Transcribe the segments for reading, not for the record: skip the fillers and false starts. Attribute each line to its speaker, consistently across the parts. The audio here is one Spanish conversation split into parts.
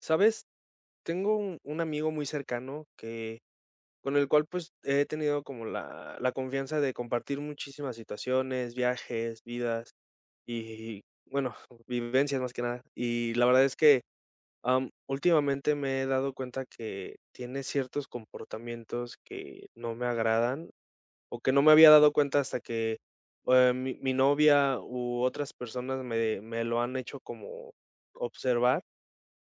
Speaker 1: ¿Sabes? Tengo un amigo muy cercano que con el cual pues he tenido como la confianza de compartir muchísimas situaciones, viajes, vidas y bueno, vivencias más que nada. Y la verdad es que últimamente me he dado cuenta que tiene ciertos comportamientos que no me agradan o que no me había dado cuenta hasta que mi novia u otras personas me lo han hecho como observar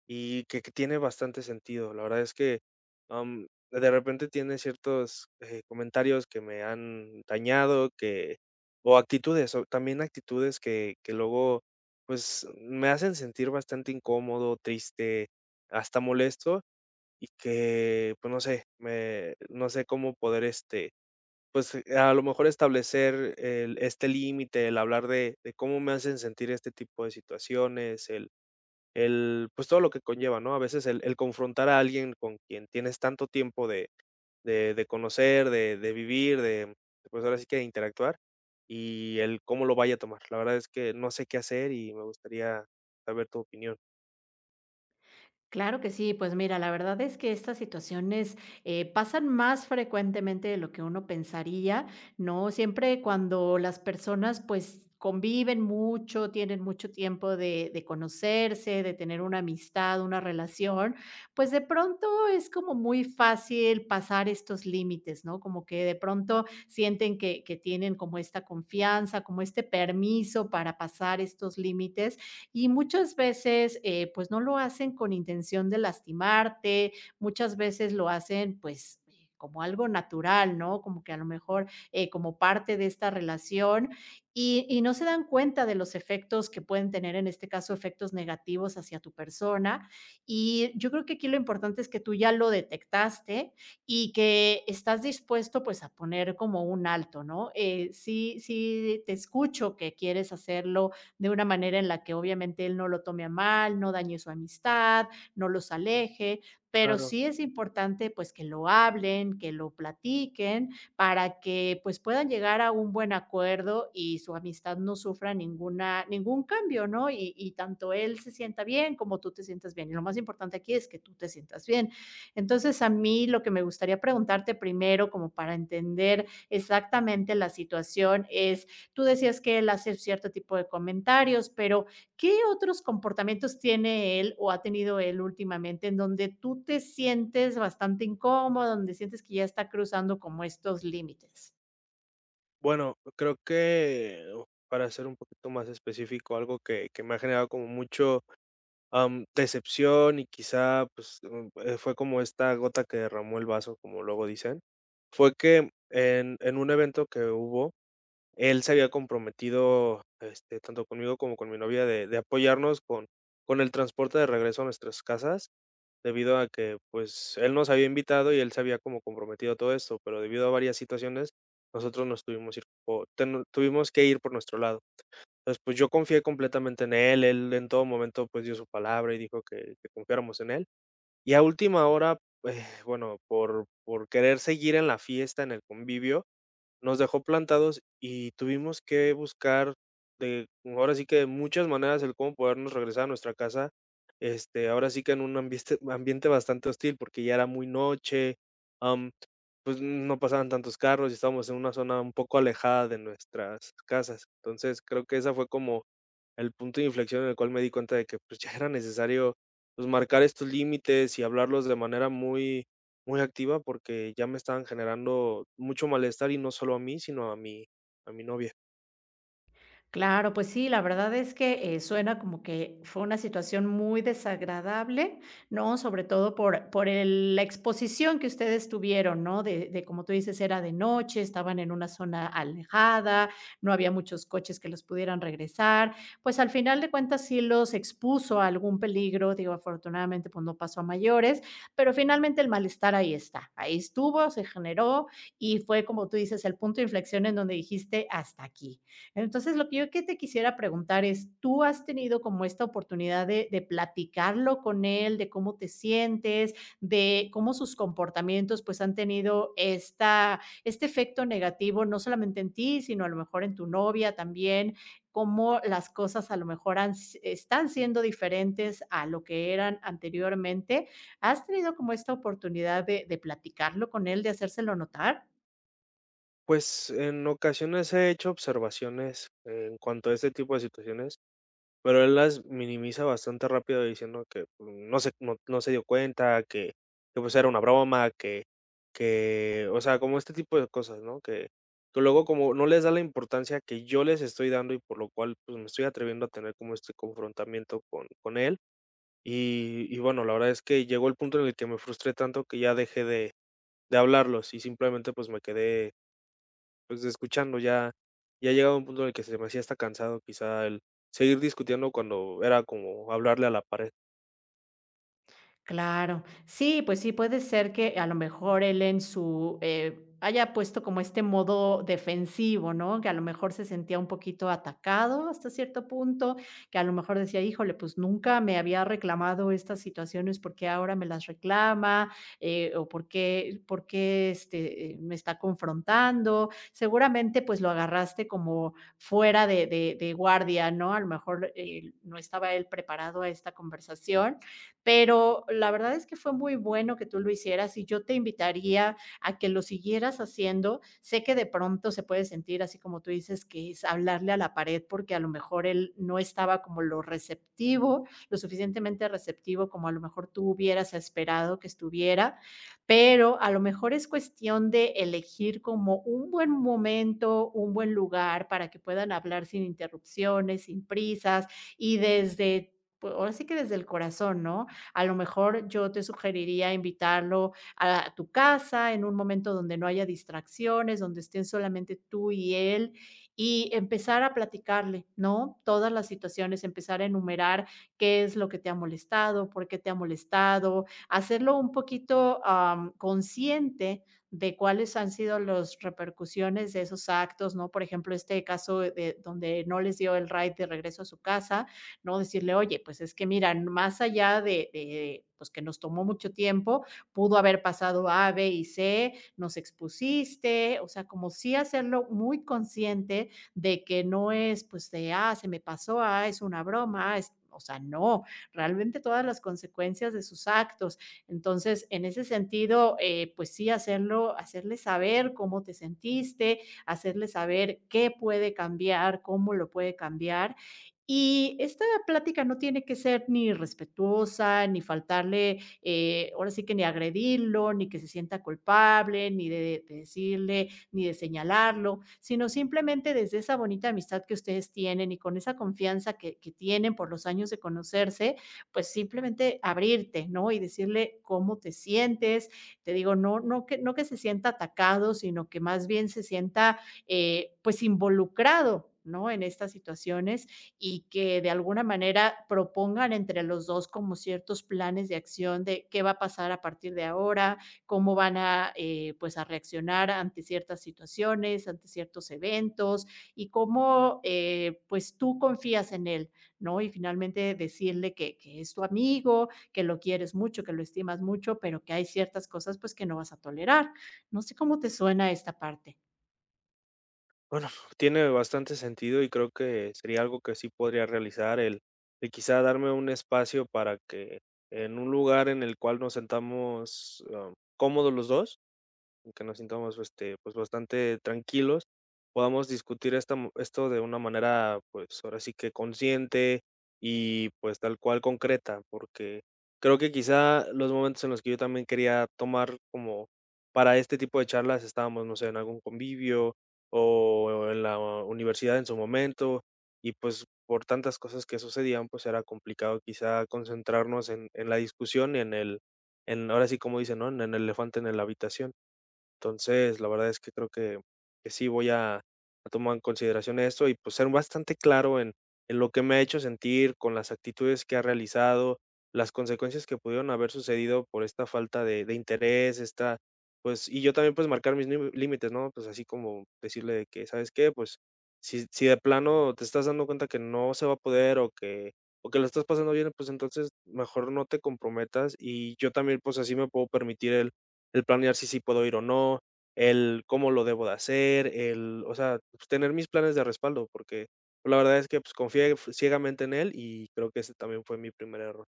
Speaker 1: y que tiene bastante sentido. La verdad es que, de repente tiene ciertos, comentarios que me han dañado, que o actitudes, o también actitudes que luego, pues, me hacen sentir bastante incómodo, triste, hasta molesto, y que, pues, no sé, me no sé cómo poder, pues, a lo mejor establecer el este límite, el hablar de cómo me hacen sentir este tipo de situaciones, pues, todo lo que conlleva, ¿no? A veces el confrontar a alguien con quien tienes tanto tiempo de conocer, de vivir, de, pues, ahora sí que de interactuar, y el cómo lo vaya a tomar. La verdad es que no sé qué hacer y me gustaría saber tu opinión.
Speaker 2: Claro que sí, pues mira, la verdad es que estas situaciones pasan más frecuentemente de lo que uno pensaría, ¿no? Siempre cuando las personas pues conviven mucho, tienen mucho tiempo de conocerse, de tener una amistad, una relación, pues de pronto es como muy fácil pasar estos límites, ¿no? Como que de pronto sienten que tienen como esta confianza, como este permiso para pasar estos límites y muchas veces, pues, no lo hacen con intención de lastimarte, muchas veces lo hacen, pues, como algo natural, ¿no? Como que a lo mejor, como parte de esta relación y no se dan cuenta de los efectos que pueden tener, en este caso, efectos negativos hacia tu persona. Y yo creo que aquí lo importante es que tú ya lo detectaste y que estás dispuesto, pues, a poner como un alto, ¿no? Sí, sí te escucho que quieres hacerlo de una manera en la que obviamente él no lo tome a mal, no dañe su amistad, no los aleje, pero
Speaker 1: Claro.
Speaker 2: sí es importante pues que lo hablen, que lo platiquen para que pues puedan llegar a un buen acuerdo y su amistad no sufra ninguna, ningún cambio, ¿no? Y tanto él se sienta bien como tú te sientas bien. Y lo más importante aquí es que tú te sientas bien. Entonces, a mí lo que me gustaría preguntarte primero como para entender exactamente la situación es: tú decías que él hace cierto tipo de comentarios, pero ¿qué otros comportamientos tiene él o ha tenido él últimamente en donde tú te sientes bastante incómodo, donde sientes que ya está cruzando como estos límites?
Speaker 1: Bueno, creo que, para ser un poquito más específico, algo que me ha generado como mucho, decepción y quizá, pues, fue como esta gota que derramó el vaso, como luego dicen. Fue que en un evento que hubo, él se había comprometido, este, tanto conmigo como con mi novia, de apoyarnos con el transporte de regreso a nuestras casas, debido a que, pues, él nos había invitado y él se había como comprometido a todo esto, pero debido a varias situaciones, nosotros nos tuvimos ir po ten tuvimos que ir por nuestro lado. Entonces, pues, yo confié completamente en él, él en todo momento, pues, dio su palabra y dijo que confiáramos en él. Y a última hora, bueno, por querer seguir en la fiesta, en el convivio, nos dejó plantados y tuvimos que buscar de ahora sí que de muchas maneras el cómo podernos regresar a nuestra casa, este, ahora sí que en un ambiente ambiente bastante hostil, porque ya era muy noche, am, pues, no pasaban tantos carros y estábamos en una zona un poco alejada de nuestras casas. Entonces, creo que esa fue como el punto de inflexión en el cual me di cuenta de que, pues, ya era necesario, pues, marcar estos límites y hablarlos de manera muy muy activa, porque ya me estaban generando mucho malestar, y no solo a mí, sino a mi novia.
Speaker 2: Claro, pues sí, la verdad es que, suena como que fue una situación muy desagradable, ¿no? Sobre todo por el la exposición que ustedes tuvieron, ¿no? De, como tú dices, era de noche, estaban en una zona alejada, no había muchos coches que los pudieran regresar. Pues, al final de cuentas, sí los expuso a algún peligro, digo, afortunadamente, pues, no pasó a mayores, pero finalmente el malestar ahí está, ahí estuvo, se generó y fue, como tú dices, el punto de inflexión en donde dijiste: "Hasta aquí". Entonces, lo que yo que te quisiera preguntar es, ¿tú has tenido como esta oportunidad de platicarlo con él, de cómo te sientes, de cómo sus comportamientos pues han tenido esta, este efecto negativo, no solamente en ti, sino a lo mejor en tu novia también? Cómo las cosas a lo mejor han están siendo diferentes a lo que eran anteriormente. ¿Has tenido como esta oportunidad de platicarlo con él, de hacérselo notar?
Speaker 1: Pues, en ocasiones he hecho observaciones en cuanto a este tipo de situaciones. Pero él las minimiza bastante rápido diciendo que pues, no se dio cuenta, que, pues, era una broma, que, o sea, como este tipo de cosas, ¿no? Que luego como no les da la importancia que yo les estoy dando y por lo cual, pues, me estoy atreviendo a tener como este confrontamiento con él. Y bueno, la verdad es que llegó el punto en el que me frustré tanto que ya dejé de hablarlos y simplemente, pues, me quedé pues, escuchando ya ya llegaba un punto en el que se me hacía hasta cansado quizá el seguir discutiendo cuando era como hablarle a la pared.
Speaker 2: Claro. Sí, pues sí, puede ser que a lo mejor él en su haya puesto como este modo defensivo, ¿no? Que a lo mejor se sentía un poquito atacado hasta cierto punto, que a lo mejor decía, híjole, pues nunca me había reclamado estas situaciones, ¿por qué ahora me las reclama? O por qué este, me está confrontando. Seguramente pues lo agarraste como fuera de guardia, ¿no? A lo mejor no estaba él preparado a esta conversación, pero la verdad es que fue muy bueno que tú lo hicieras y yo te invitaría a que lo siguieras haciendo. Sé que de pronto se puede sentir así como tú dices, que es hablarle a la pared porque a lo mejor él no estaba como lo receptivo, lo suficientemente receptivo como a lo mejor tú hubieras esperado que estuviera, pero a lo mejor es cuestión de elegir como un buen momento, un buen lugar para que puedan hablar sin interrupciones, sin prisas y desde pues, ahora sí que desde el corazón, ¿no? A lo mejor yo te sugeriría invitarlo a tu casa en un momento donde no haya distracciones, donde estén solamente tú y él y empezar a platicarle, ¿no? Todas las situaciones, empezar a enumerar qué es lo que te ha molestado, por qué te ha molestado, hacerlo un poquito consciente de cuáles han sido las repercusiones de esos actos, ¿no? Por ejemplo, este caso de donde no les dio el ride de regreso a su casa, ¿no? Decirle, oye, pues es que mira, más allá pues que nos tomó mucho tiempo, pudo haber pasado A, B y C, nos expusiste, o sea, como sí hacerlo muy consciente de que no es, pues, de, ah, se me pasó, ah, es una broma, ah, es, o sea, no, realmente todas las consecuencias de sus actos. Entonces, en ese sentido, pues sí, hacerlo, hacerle saber cómo te sentiste, hacerle saber qué puede cambiar, cómo lo puede cambiar. Y es la plática no tiene que ser ni respetuosa, ni faltarle, ahora sí que ni agredirlo, ni que se sienta culpable, ni de, de decirle, ni de señalarlo, sino simplemente desde esa bonita amistad que ustedes tienen y con esa confianza que tienen por los años de conocerse, pues simplemente abrirte, ¿no? Y decirle cómo te sientes. Te digo, no que se sienta atacado, sino que más bien se sienta pues involucrado, ¿no? En estas situaciones y que de alguna manera propongan entre los 2 como ciertos planes de acción de qué va a pasar a partir de ahora, cómo van a, pues, a reaccionar ante ciertas situaciones, ante ciertos eventos y cómo, pues, tú confías en él, ¿no? Y finalmente decirle que es tu amigo, que lo quieres mucho, que lo estimas mucho, pero que hay ciertas cosas, pues, que no vas a tolerar. No sé cómo te suena esta parte.
Speaker 1: Bueno, tiene bastante sentido y creo que sería algo que sí podría realizar el quizá darme un espacio para que en un lugar en el cual nos sentamos, cómodos los 2. Que nos sintamos, este, pues, bastante tranquilos, podamos discutir esta mo esto de una manera, pues, ahora sí que consciente y, pues, tal cual concreta, porque creo que quizá los momentos en los que yo también quería tomar como para este tipo de charlas estábamos, no sé, en algún convivio o en la universidad en su momento, y, pues, por tantas cosas que sucedían, pues, era complicado quizá concentrarnos en la discusión y en ahora sí, como dicen, ¿no? En el elefante en la habitación. Entonces, la verdad es que creo que sí voy a tomar en consideración esto y, pues, ser bastante claro en lo que me ha hecho sentir, con las actitudes que ha realizado, las consecuencias que pudieron haber sucedido por esta falta de interés, esta pues, y yo también, pues, marcar mis límites, ¿no? Pues, así como decirle que: "¿Sabes qué? Pues, si de plano te estás dando cuenta que no se va a poder o que lo estás pasando bien, pues, entonces mejor no te comprometas", y yo también, pues, así me puedo permitir el planear si sí puedo ir o no, el cómo lo debo de hacer, el, o sea, pues, tener mis planes de respaldo, porque la verdad es que, pues, confié f ciegamente en él y creo que ese también fue mi primer error.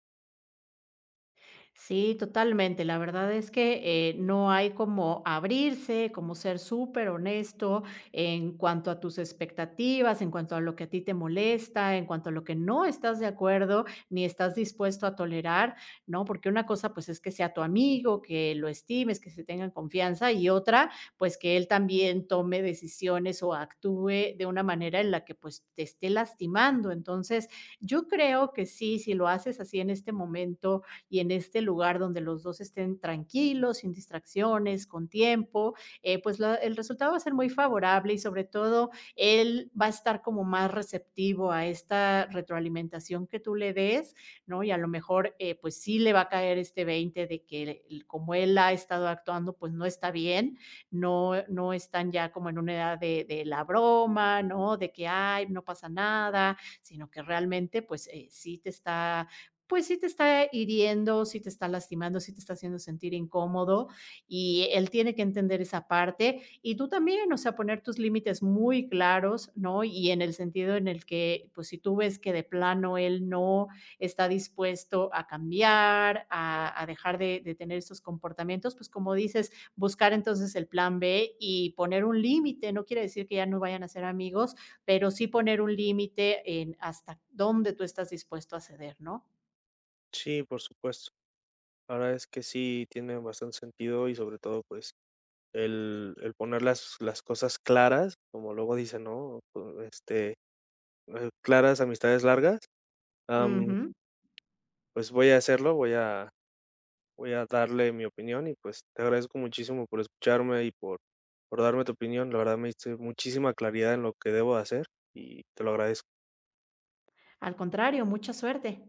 Speaker 2: Sí, totalmente. La verdad es que no hay como abrirse, como ser súper honesto en cuanto a tus expectativas, en cuanto a lo que a ti te molesta, en cuanto a lo que no estás de acuerdo ni estás dispuesto a tolerar, ¿no? Porque una cosa pues es que sea tu amigo, que lo estimes, que se tengan confianza y otra pues que él también tome decisiones o actúe de una manera en la que pues te esté lastimando. Entonces, yo creo que sí, si lo haces así en este momento y en este lugar donde los dos estén tranquilos, sin distracciones, con tiempo, pues la- el resultado va a ser muy favorable y sobre todo él va a estar como más receptivo a esta retroalimentación que tú le des, ¿no? Y a lo mejor pues sí le va a caer este 20 de que como él ha estado actuando, pues no está bien, no están ya como en una edad de la broma, ¿no? De que, ay, no pasa nada, sino que realmente pues sí te está pues sí te está hiriendo, sí te está lastimando, sí te está haciendo sentir incómodo y él tiene que entender esa parte y tú también, o sea, poner tus límites muy claros, ¿no? Y en el sentido en el que, pues si tú ves que de plano él no está dispuesto a cambiar, a dejar de tener estos comportamientos, pues como dices, buscar entonces el plan B y poner un límite, no quiere decir que ya no vayan a ser amigos, pero sí poner un límite en hasta dónde tú estás dispuesto a ceder, ¿no?
Speaker 1: Sí, por supuesto. La verdad es que sí tiene bastante sentido y sobre todo, pues, el poner las cosas claras, como luego dice, ¿no? Pues, este, claras amistades largas. am,
Speaker 2: Ujú.
Speaker 1: pues, voy a hacerlo, voy a darle mi opinión y pues te agradezco muchísimo por escucharme y por darme tu opinión. La verdad me diste muchísima claridad en lo que debo hacer y te lo agradezco.
Speaker 2: Al contrario, mucha suerte.